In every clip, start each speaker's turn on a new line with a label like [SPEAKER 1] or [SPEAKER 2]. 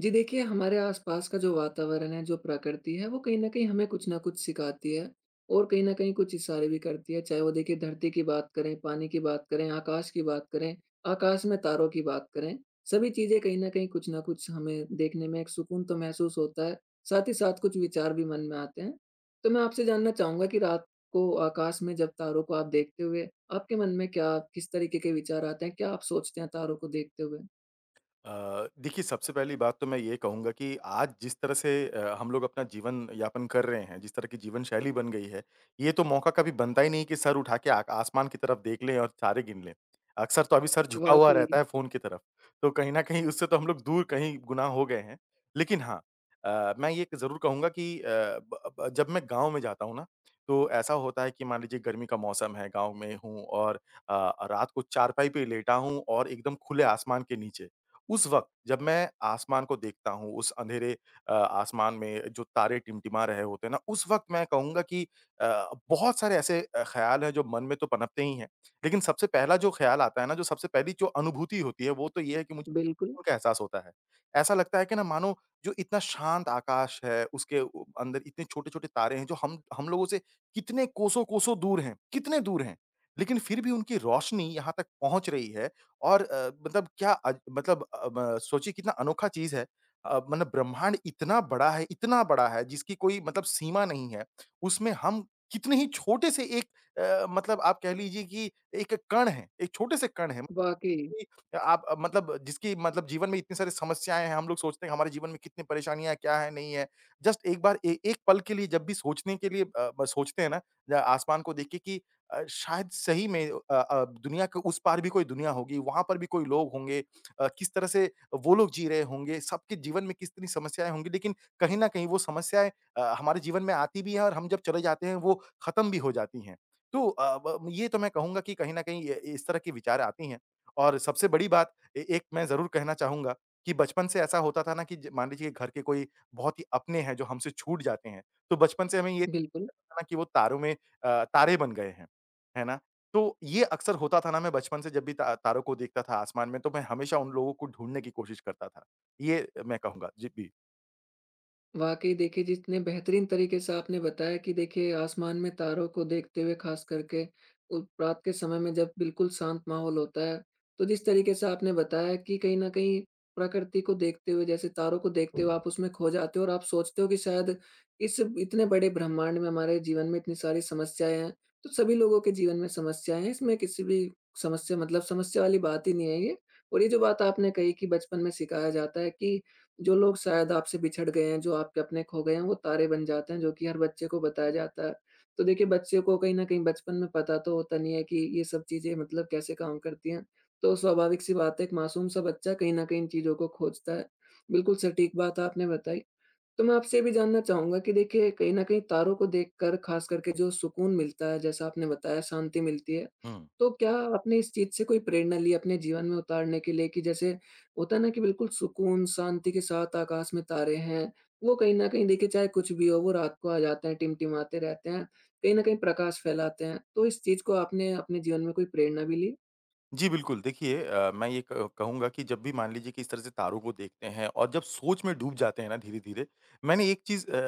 [SPEAKER 1] जी देखिए, हमारे आसपास का जो वातावरण है, जो प्रकृति है, वो कहीं न कहीं हमें कुछ न कुछ सिखाती है और कहीं न कहीं कुछ इशारे भी करती है। चाहे वो देखिए धरती की बात करें, पानी की बात करें, आकाश की बात करें, आकाश में तारों की बात करें, सभी चीज़ें कहीं न कहीं कुछ न कुछ हमें देखने में एक सुकून तो महसूस होता है, साथ ही साथ कुछ विचार भी मन में आते हैं। तो मैं आपसे जानना चाहूँगा कि रात को आकाश में जब तारों को आप देखते हुए, आपके मन में क्या किस तरीके के विचार आते हैं? क्या आप सोचते हैं तारों को देखते हुए?
[SPEAKER 2] देखिए सबसे पहली बात तो मैं ये कहूँगा कि आज जिस तरह से हम लोग अपना जीवन यापन कर रहे हैं, जिस तरह की जीवन शैली बन गई है, ये तो मौका कभी बनता ही नहीं कि सर उठा के आ आसमान की तरफ देख लें और तारे गिन लें। अक्सर तो अभी सर झुका हुआ
[SPEAKER 1] वाक़ई,
[SPEAKER 2] रहता है फ़ोन की तरफ, तो कहीं न कहीं उससे तो हम लोग दूर कहीं गुनाह हो गए हैं। लेकिन हाँ, मैं ये ज़रूर कहूँगा कि ब ब जब मैं गाँव में जाता हूँ ना, तो ऐसा होता है कि मान लीजिए गर्मी का मौसम है, गाँव में हूँ और अ, रात को चारपाई पे लेटा हूँ और एकदम खुले आसमान के नीचे। उस वक़्त जब मैं आसमान को देखता हूँ, उस अंधेरे आसमान में जो तारे टिमटिमा रहे होते हैं ना, उस वक़्त मैं कहूँगा कि बहुत सारे ऐसे ख़्याल हैं जो मन में तो पनपते ही हैं। लेकिन सबसे पहला जो ख़्याल आता है ना, जो सबसे पहली जो अनुभूति होती है वो तो ये है कि मुझे
[SPEAKER 1] बिल्कुल।
[SPEAKER 2] सुकून का एहसास होता है। ऐसा लगता है कि ना मानो जो इतना शांत आकाश है, उसके उ अंदर इतने छोटे-छोटे तारे हैं जो हम लोगों से कितने कोसों-कोसों दूर हैं, कितने दूर हैं। लेकिन फिर भी उनकी रोशनी यहाँ तक पहुँच रही है और मतलब क्या अज मतलब ब सोचिए कितना अनोखा चीज़ है। मतलब ब्रह्मांड इतना बड़ा है, इतना बड़ा है जिसकी कोई मतलब सीमा नहीं है। उसमें हम कितने ही छोटे से एक मतलब आप कह लीजिए कि एक कण हैं, एक छोटे से कण हैं।
[SPEAKER 1] वाक़ई,
[SPEAKER 2] कि आप मतलब जिसकी मतलब जीवन में इतनी सारी समस्याएँ हैं, हम लोग सोचते हैं हमारे जीवन में कितनी परेशानियाँ, क्या है, नहीं है। जस्ट एक बार ए एक पल के लिए जब भी सोचने के लिए ब सोचते हैं ना, आसमान को देख के कि शायद सही में दुनिया के उस पार भी कोई दुनिया होगी, वहाँ पर भी कोई लोग होंगे। किस तरह से वो लोग जी रहे होंगे, सबके जीवन में कितनी समस्याएँ होंगी। लेकिन कहीं न कहीं वो समस्याएँ हमारे जीवन में आती भी हैं और हम जब चले जाते हैं, वो खत्म भी हो जाती हैं। तो ब ये तो मैं कहूँगा कि कहीं न कहीं ये इस तरह के विचार आती हैं। और सबसे बड़ी बात ए एक मैं ज़रूर कहना चाहूँगा कि बचपन से ऐसा होता था ना कि ज मान लीजिए कि घर के कोई बहुत ही अपने हैं जो हमसे छूट जाते हैं, तो बचपन से हमें ये
[SPEAKER 1] बिल्कुल।
[SPEAKER 2] था ना कि वो तारों में तारे बन गए हैं, है ना? तो ये अक्सर होता था ना, मैं बचपन से जब भी ता तारों को देखता था आसमान में तो मैं हमेशा उन लोगों को ढूँढने की कोशिश करता था। ये मैं कहूँगा। जी, जी।
[SPEAKER 1] वाक़ई देखिए, जितने बेहतरीन तरीके से आपने बताया कि देखिए आसमान में तारों को देखते हुए ख़ास करके उ रात के समय में जब बिल्कुल शांत माहौल होता है, तो जिस तरीके से आपने बताया कि कहीं न कहीं प्रकृति को देखते हुए जैसे तारों को देखते हुए आप उसमें खो जाते हो और आप सोचते हो कि शायद इस इतने बड़े ब्रह्मांड में हमारे जीवन में इतनी सारी समस्याएँ हैं, तो सभी लोगों के जीवन में समस्याएँ हैं, इसमें किसी भी समस्या मतलब समस्या वाली बात ही नहीं है ये। और ये जो बात आपने कही कि बचपन में सिखाया जाता है कि जो लोग शायद आपसे बिछड़ गए हैं, जो आपके अपने खो गए हैं, वो तारे बन जाते हैं, जो कि हर बच्चे को बताया जाता है। तो देखिए, बच्चे को कहीं न कहीं बचपन में पता तो होता नहीं है कि ये सब चीज़ें मतलब कैसे काम करती हैं। तो स्वाभाविक सी बात है, एक मासूम सा बच्चा कहीं न कहीं इन चीज़ों को खोजता है। बिल्कुल सटीक बात आपने बताई। तो मैं आपसे ये भी जानना चाहूँगा कि देखिए कहीं न कहीं तारों को देखकर ख़ास करके जो सुकून मिलता है, जैसा आपने बताया शांति मिलती है।
[SPEAKER 2] हुँ।
[SPEAKER 1] तो क्या आपने इस चीज़ से कोई प्रेरणा ली अपने जीवन में उतारने के लिए कि जैसे होता है ना कि बिल्कुल सुकून, शांति के साथ आकाश में तारे हैं, वो कहीं न कहीं देखिए चाहे कुछ भी हो वो रात को आ जाते हैं, टिमटिमाते रहते हैं, कहीं न कहीं प्रकाश फैलाते हैं। तो इस चीज़ को आपने अपने जीवन में कोई प्रेरणा भी ली?
[SPEAKER 2] जी, बिल्कुल। देखिए, मैं ये क कहूँगा कि जब भी मान लीजिए कि इस तरह से तारों को देखते हैं और जब सोच में डूब जाते हैं ना धीरे-धीरे, मैंने एक चीज़ अ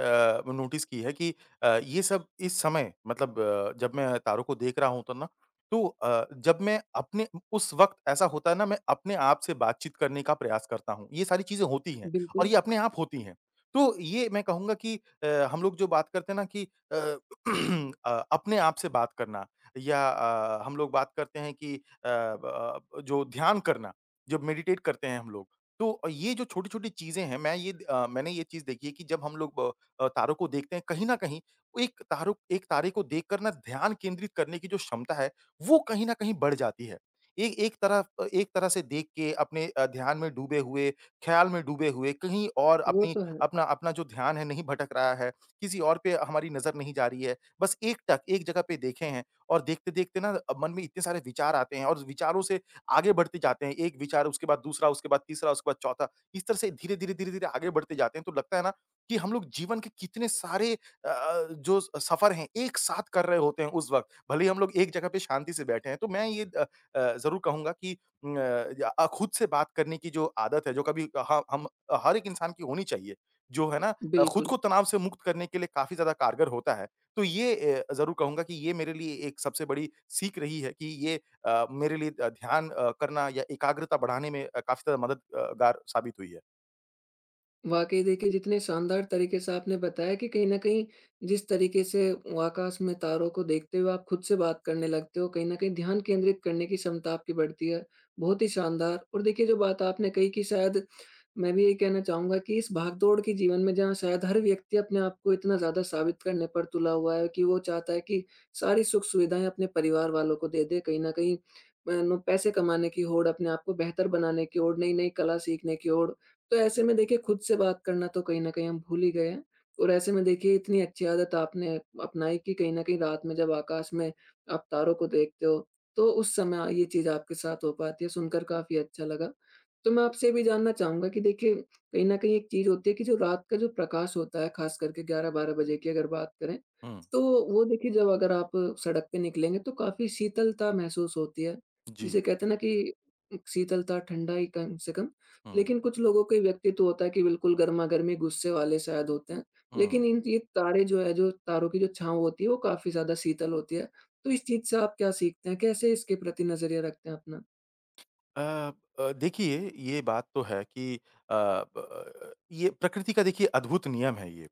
[SPEAKER 2] अ, नोटिस की है कि ये सब इस समय मतलब जब मैं तारों को देख रहा हूँ तो ना, तो अ, जब मैं अपने उस वक़्त ऐसा होता है ना, मैं अपने आप से बातचीत करने का प्रयास करता हूँ। ये सारी चीज़ें होती हैं और
[SPEAKER 1] बिल्कुल,
[SPEAKER 2] ये अपने आप होती हैं। तो ये मैं कहूँगा कि अ, हम लोग जो बात करते हैं ना कि अ, अपने आप से बात करना या हम लोग बात करते हैं कि अ, ब जो ध्यान करना, जब मेडिटेट करते हैं हम लोग, तो ये जो छोटी-छोटी चीज़ें हैं, मैं ये मैंने ये चीज़ देखी है कि जब हम लोग तारों को देखते हैं, कहीं न कहीं वो एक तारे को देखकर ना ध्यान केंद्रित करने की जो क्षमता है, वो कहीं न कहीं बढ़ जाती है। ए एक तरफ एक तरह से देख के अपने ध्यान में डूबे हुए, ख़्याल में डूबे हुए, कहीं और
[SPEAKER 1] वो
[SPEAKER 2] अपनी
[SPEAKER 1] तो है।
[SPEAKER 2] अपना अपना जो ध्यान है, नहीं भटक रहा है, किसी और पे हमारी नज़र नहीं जा रही है, बस एक टक एक जगह पे देखे हैं, और देखते-देखते ना मन में इतने सारे विचार आते हैं और विचारों से आगे बढ़ते जाते हैं। एक विचार, उसके बाद दूसरा, उसके बाद तीसरा, उसके बाद चौथा। इस तरह से धीरे-धीरे, धीरे-धीरे आगे बढ़ते जाते हैं तो लगता है ना कि हम लोग जीवन के कितने सारे जो स सफ़र हैं एक साथ कर रहे होते हैं उस वक़्त। भले ही हम लोग एक जगह पे शांति से बैठे हैं। तो मैं ये ज़रूर कहूँगा कि उम, अ, या खुद से बात करने की जो आदत है जो कभी ह हम हर एक इंसान की होनी चाहिए। जो है ना, खुद
[SPEAKER 1] बिल्कुल।
[SPEAKER 2] को तनाव से मुक्त करने के लिए काफ़ी ज़्यादा कारगर होता है। तो ये ज़रूर कहूँगा कि ये मेरे लिए एक सबसे बड़ी सीख रही है कि ये मेरे लिए ध्यान करना या एकाग्रता बढ़ाने में काफ़ी ज़्यादा मददगार साबित हुई है।
[SPEAKER 1] वाकई देखिए जितने शानदार तरीके से आपने बताया कि कहीं न कहीं जिस तरीके से आकाश में तारों को देखते हुए आप खुद से बात करने लगते हो, कहीं न कहीं ध्यान केंद्रित करने की क्षमता आपकी बढ़ती है। बहुत ही शानदार और देखिए जो बात आपने कही कि शायद मैं भी यही कहना चाहूँगा कि इस भाग-दौड़ के जीवन में जहाँ शायद हर व्यक्ति अपने आप को इतना ज़्यादा साबित करने पर तुला हुआ है कि वो चाहता है कि सारी सुख-सुविधाएँ अपने परिवार वालों को दे दे, कहीं न कहीं नो पैसे कमाने की होड़, अपने आप को बेहतर बनाने की ओर, नई-नई कला सीखने की ओर। तो ऐसे में देखिए खुद से बात करना तो कहीं न कहीं हम भूल ही गए हैं और ऐसे में देखिए इतनी अच्छी आदत आपने अपनाई कि कहीं न कहीं रात में जब आकाश में आप तारों को देखते हो, तो उस समय ये चीज़ आपके साथ हो पाती है, सुनकर काफ़ी अच्छा लगा। तो मैं आपसे ये भी जानना चाहूँगा कि देखिए, कहीं न कहीं एक चीज़ होती है कि जो रात का जो प्रकाश होता है, ख़ास करके 11-12 बजे की अगर बात करें,
[SPEAKER 2] हुँ,
[SPEAKER 1] तो वो देखिए जब अगर आप सड़क पे निकलेंगे तो काफ़ी शीतलता महसूस होती है।
[SPEAKER 2] जी।
[SPEAKER 1] जिसे कहते हैं ना कि शीतलता, ठंडाई कम से कम।
[SPEAKER 2] हुँ,
[SPEAKER 1] लेकिन कुछ लोगों का व्यक्तित्व होता है कि बिल्कुल गरमा-गर्मी गुस्से वाले शायद होते हैं।
[SPEAKER 2] हुँ।
[SPEAKER 1] लेकिन इन ये तारे जो है, जो तारों की जो छाँव होती है, वो काफ़ी ज़्यादा शीतल होती है। तो इस चीज़ से आप क्या सीखते हैं? कैसे इसके प्रति नज़रिया रखते हैं अपना?
[SPEAKER 2] अ देखिए, ये बात तो है कि ब ये प्रकृति का देखिए अद्भुत नियम है ये।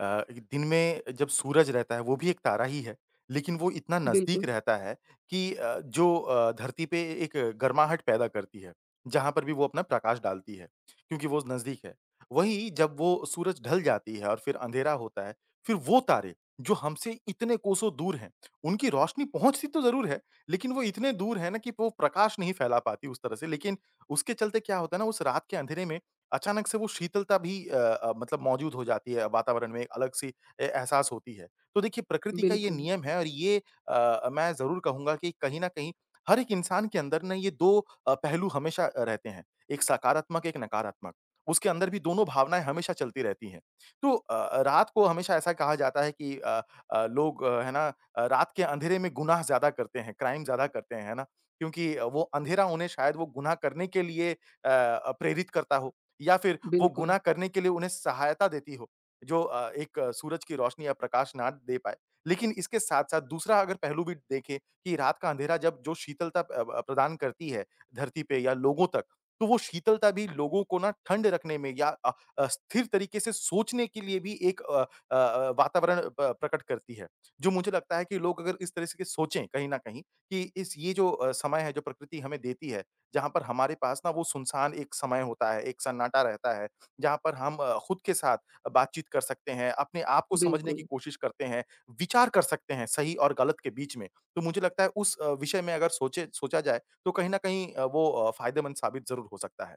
[SPEAKER 2] दिन में जब सूरज रहता है, वो भी एक तारा ही है, लेकिन वो इतना नज़दीक
[SPEAKER 1] बिल्कुल,
[SPEAKER 2] रहता है कि जो धरती पे एक गर्माहट पैदा करती है, जहाँ पर भी वो अपना प्रकाश डालती है, क्योंकि वो नज़दीक है। वहीं जब वो सूरज ढल जाती है और फिर अंधेरा होता है, फिर वो तारे, जो हमसे इतने कोसों दूर हैं, उनकी रोशनी पहुँचती तो ज़रूर है, लेकिन वो इतने दूर है ना कि वो प्रकाश नहीं फैला पाती उस तरह से। लेकिन उसके चलते क्या होता है ना, उस रात के अंधेरे में अचानक से वो शीतलता भी मतलब मौजूद हो जाती है वातावरण में, एक अलग-सी ए एहसास होती है। तो देखिए प्रकृति का ये
[SPEAKER 1] बिल्कुल,
[SPEAKER 2] नियम है और ये मैं ज़रूर कहूँगा कि कहीं न कहीं हर एक इंसान के अंदर ना ये 2 पहलू हमेशा रहते हैं, एक सकारात्मक, एक नकारात्मक। उसके अंदर भी दोनों भावनाएँ हमेशा चलती रहती हैं। तो रात को हमेशा ऐसा कहा जाता है कि लोग है ना, रात के अंधेरे में गुनाह ज़्यादा करते हैं, क्राइम ज़्यादा करते हैं, है ना? क्योंकि वो अंधेरा उन्हें शायद वो गुनाह करने के लिए प्रेरित करता हो या फिर वो
[SPEAKER 1] बिल्कुल।
[SPEAKER 2] गुनाह करने के लिए उन्हें सहायता देती हो, जो एक सूरज की रोशनी या प्रकाश ना दे पाए। लेकिन इसके साथ-साथ दूसरा अगर पहलू भी देखें कि रात का अंधेरा जब जो शीतलता प्रदान करती है धरती पे या लोगों तक, तो वो शीतलता भी लोगों को ना ठंड रखने में या स्थिर तरीके से सोचने के लिए भी एक वातावरण प प्रकट करती है। जो मुझे लगता है कि लोग अगर इस तरह से के सोचें कहीं न कहीं कि इस ये जो समय है जो प्रकृति हमें देती है, जहाँ पर हमारे पास ना वो सुनसान एक समय होता है, एक सन्नाटा रहता है, जहाँ पर हम खुद के साथ बातचीत कर सकते हैं, अपने आप को समझने की
[SPEAKER 1] बिल्कुल,
[SPEAKER 2] कोशिश करते हैं, विचार कर सकते हैं सही और गलत के बीच में। तो मुझे लगता है उस विषय में अगर सोचे सोचा जाए, तो कहीं न कहीं वो फ़ायदेमंद साबित ज़रूर हो सकता है।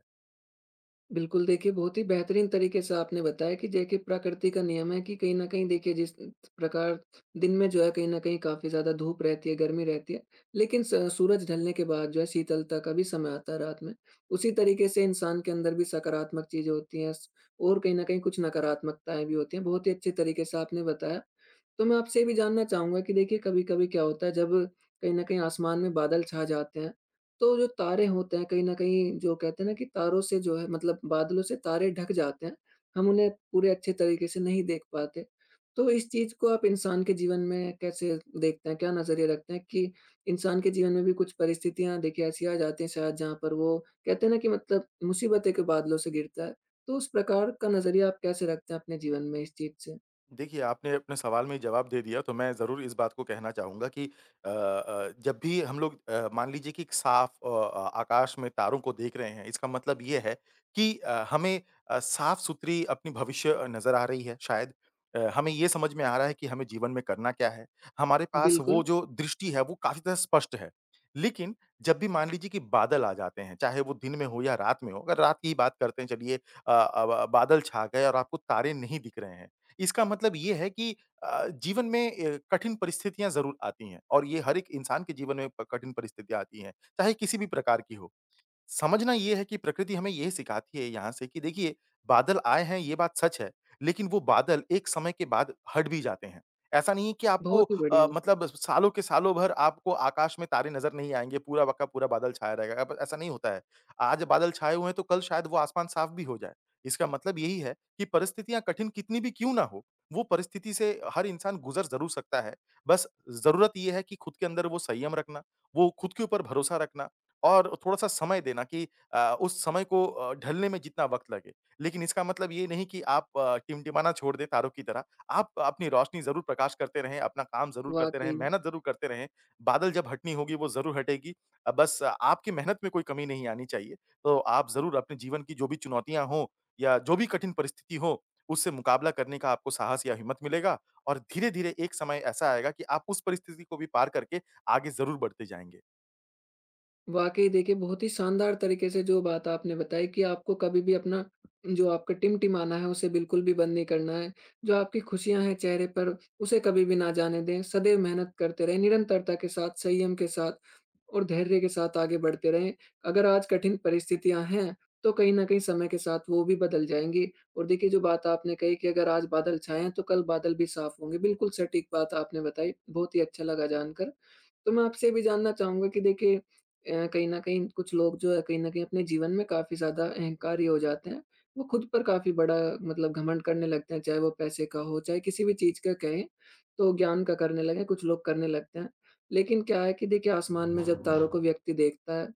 [SPEAKER 1] बिल्कुल देखिए बहुत ही बेहतरीन तरीके से आपने बताया कि देखिए प्रकृति का नियम है कि कहीं न कहीं देखिए जिस प्रकार दिन में जो है कहीं न कहीं काफ़ी ज़्यादा धूप रहती है, गर्मी रहती है, लेकिन स सूरज ढलने के बाद जो है शीतलता का भी समय आता है रात में। उसी तरीके से इंसान के अंदर भी सकारात्मक चीज़ें होती हैं स और कहीं न कहीं कुछ नकारात्मकताएँ भी होती हैं। बहुत ही अच्छे तरीके से आपने बताया। तो मैं आपसे ये भी जानना चाहूँगा कि देखिए कभी-कभी क्या होता है जब कहीं न कहीं आसमान में बादल छा जाते हैं, तो जो तारे होते हैं कहीं न कहीं जो कहते हैं ना कि तारों से जो है मतलब बादलों से तारे ढक जाते हैं, हम उन्हें पूरे अच्छे तरीके से नहीं देख पाते। तो इस चीज़ को आप इंसान के जीवन में कैसे देखते हैं? क्या नज़रिया रखते हैं कि इंसान के जीवन में भी कुछ परिस्थितियाँ देखिए ऐसी आ जाती हैं शायद जहाँ पर वो कहते हैं ना कि मतलब मुसीबतें के बादलों से गिरता है। तो उस प्रकार का नज़रिया आप कैसे रखते हैं अपने जीवन में इस चीज़ से?
[SPEAKER 2] देखिए, आपने अपने सवाल में ही जवाब दे दिया, तो मैं ज़रूर इस बात को कहना चाहूँगा कि जब भी हम लोग मान लीजिए कि एक साफ आकाश में तारों को देख रहे हैं, इसका मतलब ये है कि हमें साफ-सुथरी अपनी भविष्य नज़र आ रही है शायद। हमें ये समझ में आ रहा है कि हमें जीवन में करना क्या है। हमारे पास वो
[SPEAKER 1] बिल्कुल।
[SPEAKER 2] जो दृष्टि है, वो काफ़ी ज़्यादा स्पष्ट है। लेकिन जब भी मान लीजिए कि बादल आ जाते हैं, चाहे वो दिन में हो या रात में हो, अगर रात की ही बात करते हैं चलिए, ब बादल छा गए और आपको तारे नहीं दिख रहे हैं। इसका मतलब ये है कि जीवन में कठिन परिस्थितियाँ ज़रूर आती हैं और ये हर एक इंसान के जीवन में प कठिन परिस्थितियाँ आती हैं, चाहे किसी भी प्रकार की हो। समझना ये है कि प्रकृति हमें ये सिखाती है यहाँ से कि देखिए, बादल आए हैं ये बात सच है, लेकिन वो बादल एक समय के बाद हट भी जाते हैं। ऐसा नहीं है कि आपको
[SPEAKER 1] बहुत ही बढ़िया,
[SPEAKER 2] मतलब सालों के सालों भर आपको आकाश में तारे नज़र नहीं आएँगे, पूरा का पूरा बादल छाया रहेगा, अब ऐसा नहीं होता है। आज बादल छाए हुए हैं तो कल शायद वो आसमान साफ भी हो जाए। इसका मतलब यही है कि परिस्थितियाँ कठिन कितनी भी क्यों ना हो, वो परिस्थिति से हर इंसान गुज़र ज़रूर सकता है। बस ज़रूरत ये है कि खुद के अंदर वो संयम रखना, वो खुद के ऊपर भरोसा रखना और थोड़ा-सा समय देना कि उस समय को ढलने में जितना वक़्त लगे। लेकिन इसका मतलब ये नहीं कि आप टिमटिमाना छोड़ दें तारों की तरह। आप अपनी रोशनी ज़रूर प्रकाश करते रहें, अपना काम ज़रूर करते रहें,
[SPEAKER 1] वाक़ई।
[SPEAKER 2] मेहनत ज़रूर करते रहें। बादल जब हटनी होगी वो ज़रूर हटेगी। आपकी मेहनत में कोई कमी नहीं आनी चाहिए। तो आप ज़रूर अपने जीवन की जो भी चुनौतियाँ हो या जो भी कठिन परिस्थिति हो, उससे मुकाबला करने का आपको साहस या हिम्मत मिलेगा और धीरे-धीरे एक समय ऐसा आएगा कि आप उस परिस्थिति को भी पार करके आगे ज़रूर बढ़ते जाएँगे।
[SPEAKER 1] वाक़ई देखिए, बहुत ही शानदार तरीके से जो बात आपने बताई कि आपको कभी भी अपना जो आपका टिमटिमाना है, उसे बिल्कुल भी बंद नहीं करना है। जो आपकी खुशियाँ हैं चेहरे पर, उसे कभी भी ना जाने दें। सदैव मेहनत करते रहें, निरंतरता के साथ, संयम के साथ और धैर्य के साथ आगे बढ़ते रहें। अगर आज कठिन परिस्थितियाँ हैं, तो कहीं न कहीं समय के साथ वो भी बदल जाएँगी और देखिए, जो बात आपने कही कि अगर आज बादल छाए हैं, तो कल बादल भी साफ होंगे। बिल्कुल सटीक बात आपने बताई, बहुत ही अच्छा लगा जानकर। तो मैं आपसे ये भी जानना चाहूँगा कि देखिए कहीं न कहीं कुछ लोग जो है कहीं न कहीं अपने जीवन में काफ़ी ज़्यादा अहंकारी हो जाते हैं। वो खुद पर काफ़ी बड़ा मतलब घमंड करने लगते हैं, चाहे वो पैसे का हो, चाहे किसी भी चीज़ का कहें, तो ज्ञान का करने लगे, कुछ लोग करने लगते हैं। लेकिन क्या है कि देखिए आसमान में जब तारों को व्यक्ति देखता है,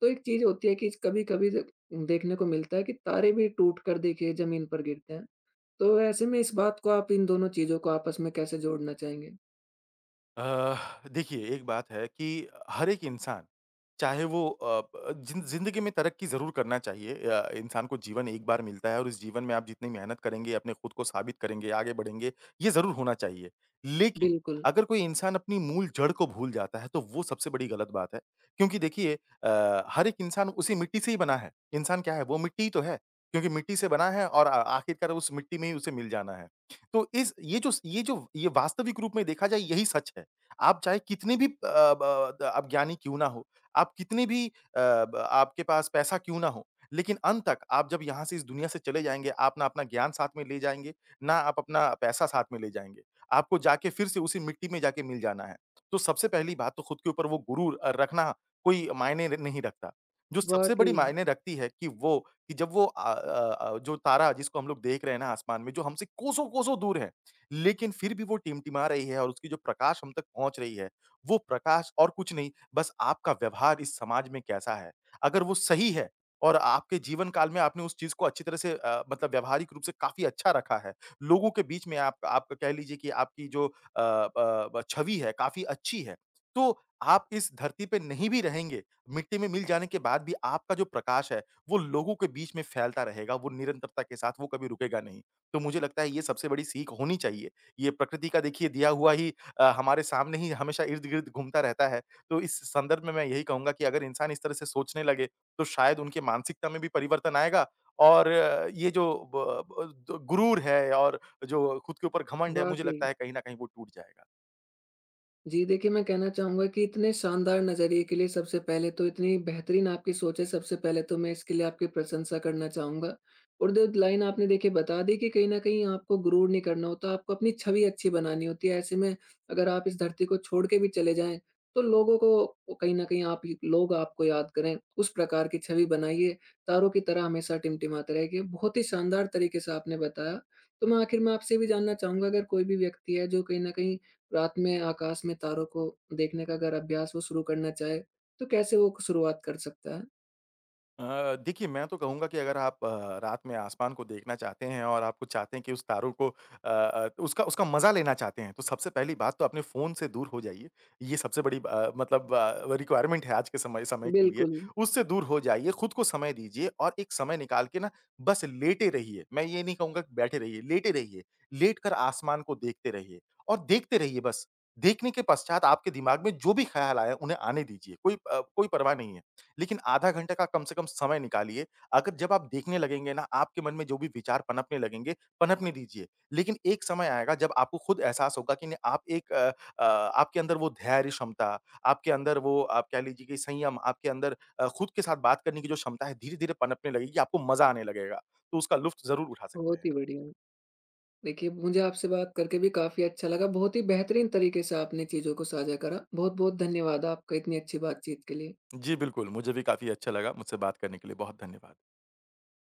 [SPEAKER 1] तो एक चीज़ होती है कि कभी-कभी द देखने को मिलता है कि तारे भी टूट कर देखिए ज़मीन पर गिरते हैं। तो ऐसे में इस बात को आप इन दोनों चीज़ों को आपस में कैसे जोड़ना चाहेंगे?
[SPEAKER 2] अ, देखिए एक बात है कि हर एक इंसान, चाहे वो अ, ब जिन ज़िंदगी में तरक्की ज़रूर करना चाहिए इंसान को जीवन एक बार मिलता है और इस जीवन में आप जितनी मेहनत करेंगे, अपने खुद को साबित करेंगे, आगे बढ़ेंगे, ये ज़रूर होना चाहिए। लेकिन
[SPEAKER 1] बिल्कुल,
[SPEAKER 2] अगर कोई इंसान अपनी मूल जड़ को भूल जाता है, तो वो सबसे बड़ी गलत बात है। क्योंकि देखिए हर एक इंसान उसी मिट्टी से ही बना है। इंसान क्या है? वो मिट्टी ही तो है, क्योंकि मिट्टी से बना है और आ आखिरकार उस मिट्टी में ही उसे मिल जाना है। तो इस ये जो स ये जो ये वास्तविक रूप में देखा जाए, यही सच है। आप चाहे कितने भी अ, ब द आप ज्ञानी क्यों ना हो, आप कितनी भी अ, ब आपके पास पैसा क्यों ना हो, लेकिन अंत तक आप जब यहाँ से इस दुनिया से चले जाएँगे, आप ना अपना ज्ञान साथ में ले जाएँगे, ना आप अपना पैसा साथ में ले जाएँगे। आपको जाके फिर से उसी मिट्टी में जाके मिल जाना है। तो सबसे पहली बात तो खुद के ऊपर वो गुरूर रखना कोई मायने र नहीं रखता। जो सबसे बड़ी
[SPEAKER 1] वाक़ई,
[SPEAKER 2] मायने रखती है कि वो कि जब वो जो तारा जिसको हम लोग देख रहे हैं ना आसमान में, जो हमसे कोसों-कोसों दूर है, लेकिन फिर भी वो टिमटिमा रही है और उसकी जो प्रकाश हम तक पहुँच रही है, वो प्रकाश और कुछ नहीं, बस आपका व्यवहार इस समाज में कैसा है? अगर वो सही है और आपके जीवन काल में आपने उस चीज़ को अच्छी तरह से मतलब व्यावहारिक रूप से काफ़ी अच्छा रखा है, लोगों के बीच में आप कह लीजिए कि आपकी जो अ, ब ब छवि है काफ़ी अच्छी है, तो आप इस धरती पे नहीं भी रहेंगे, मिट्टी में मिल जाने के बाद भी आपका जो प्रकाश है, वो लोगों के बीच में फैलता रहेगा, वो निरंतरता के साथ वो कभी रुकेगा नहीं। तो मुझे लगता है ये सबसे बड़ी सीख होनी चाहिए। ये प्रकृति का देखिए दिया हुआ ही हमारे सामने ही हमेशा इर्द-गिर्द घूमता रहता है। तो इस संदर्भ में मैं यही कहूँगा कि अगर इंसान इस तरह से सोचने लगे, तो शायद उनकी मानसिकता में भी परिवर्तन आएगा और ये जो ब ब द गुरूर है और जो खुद के ऊपर घमंड है, मुझे
[SPEAKER 1] वाक़ई।
[SPEAKER 2] लगता है कहीं न कहीं वो टूट जाएगा।
[SPEAKER 1] जी, देखिए मैं कहना चाहूँगा कि इतने शानदार नज़रिए के लिए सबसे पहले तो इतनी बेहतरीन आपकी सोच है, सबसे पहले तो मैं इसके लिए आपकी प्रशंसा करना चाहूँगा। और जो लाइन आपने देखिए बता दी कि कहीं न कहीं आपको गुरूर नहीं करना होता, आपको अपनी छवि अच्छी बनानी होती है। ऐसे में अगर आप इस धरती को छोड़ के भी चले जाएँ, तो लोगों को कहीं न कहीं आप लोग आपको याद करें, उस प्रकार की छवि बनाइए, तारों की तरह हमेशा टिमटिमाते रहिए। बहुत ही शानदार तरीके से आपने बताया। तो मैं आखिर में आपसे भी जानना चाहूँगा अगर कोई भी व्यक्ति है जो कहीं न कहीं रात में आकाश में तारों को देखने का अगर अभ्यास वो शुरू करना चाहे, तो कैसे वो शुरुआत कर सकता है?
[SPEAKER 2] देखिए मैं तो कहूँगा कि अगर आप रात में आसमान को देखना चाहते हैं और आपको चाहते हैं कि उस तारों को तो उसका उसका मज़ा लेना चाहते हैं, तो सबसे पहली बात तो अपने फ़ोन से दूर हो जाइए। ये सबसे बड़ी मतलब रिक्वायरमेंट है आज के समय समय के लिए।
[SPEAKER 1] बिल्कुल,
[SPEAKER 2] उससे दूर हो जाइए, खुद को समय दीजिए और एक समय निकाल के ना बस लेटे रहिए। मैं ये नहीं कहूँगा कि बैठे रहिए, लेटे रहिए। लेट कर आसमान को देखते रहिए और देखते रहिए बस। देखने के पश्चात आपके दिमाग में जो भी ख़्याल आए उन्हें आने दीजिए, कोई परवाह नहीं है। लेकिन आधा घंटे का कम से कम समय निकालिए। अगर जब आप देखने लगेंगे ना, आपके मन में जो भी विचार पनपने लगेंगे, पनपने दीजिए। लेकिन एक समय आएगा जब आपको खुद एहसास होगा कि नहीं आप आपके अंदर वो धैर्य क्षमता, आपके अंदर वो आप कह लीजिए कि संयम, आपके अंदर खुद के साथ बात करने की जो क्षमता है, धीरे-धीरे पनपने लगेगी, आपको मज़ा आने लगेगा। तो उसका लुत्फ़ ज़रूर उठा सकते
[SPEAKER 1] बहुत
[SPEAKER 2] हैं।
[SPEAKER 1] ही बढ़िया। देखिए, मुझे आपसे बात करके भी काफ़ी अच्छा लगा। बहुत ही बेहतरीन तरीके से आपने चीज़ों को साझा करा। बहुत-बहुत धन्यवाद आपका इतनी अच्छी बातचीत के लिए।
[SPEAKER 2] जी बिल्कुल, मुझे भी काफ़ी अच्छा लगा। मुझसे बात करने के लिए बहुत धन्यवाद।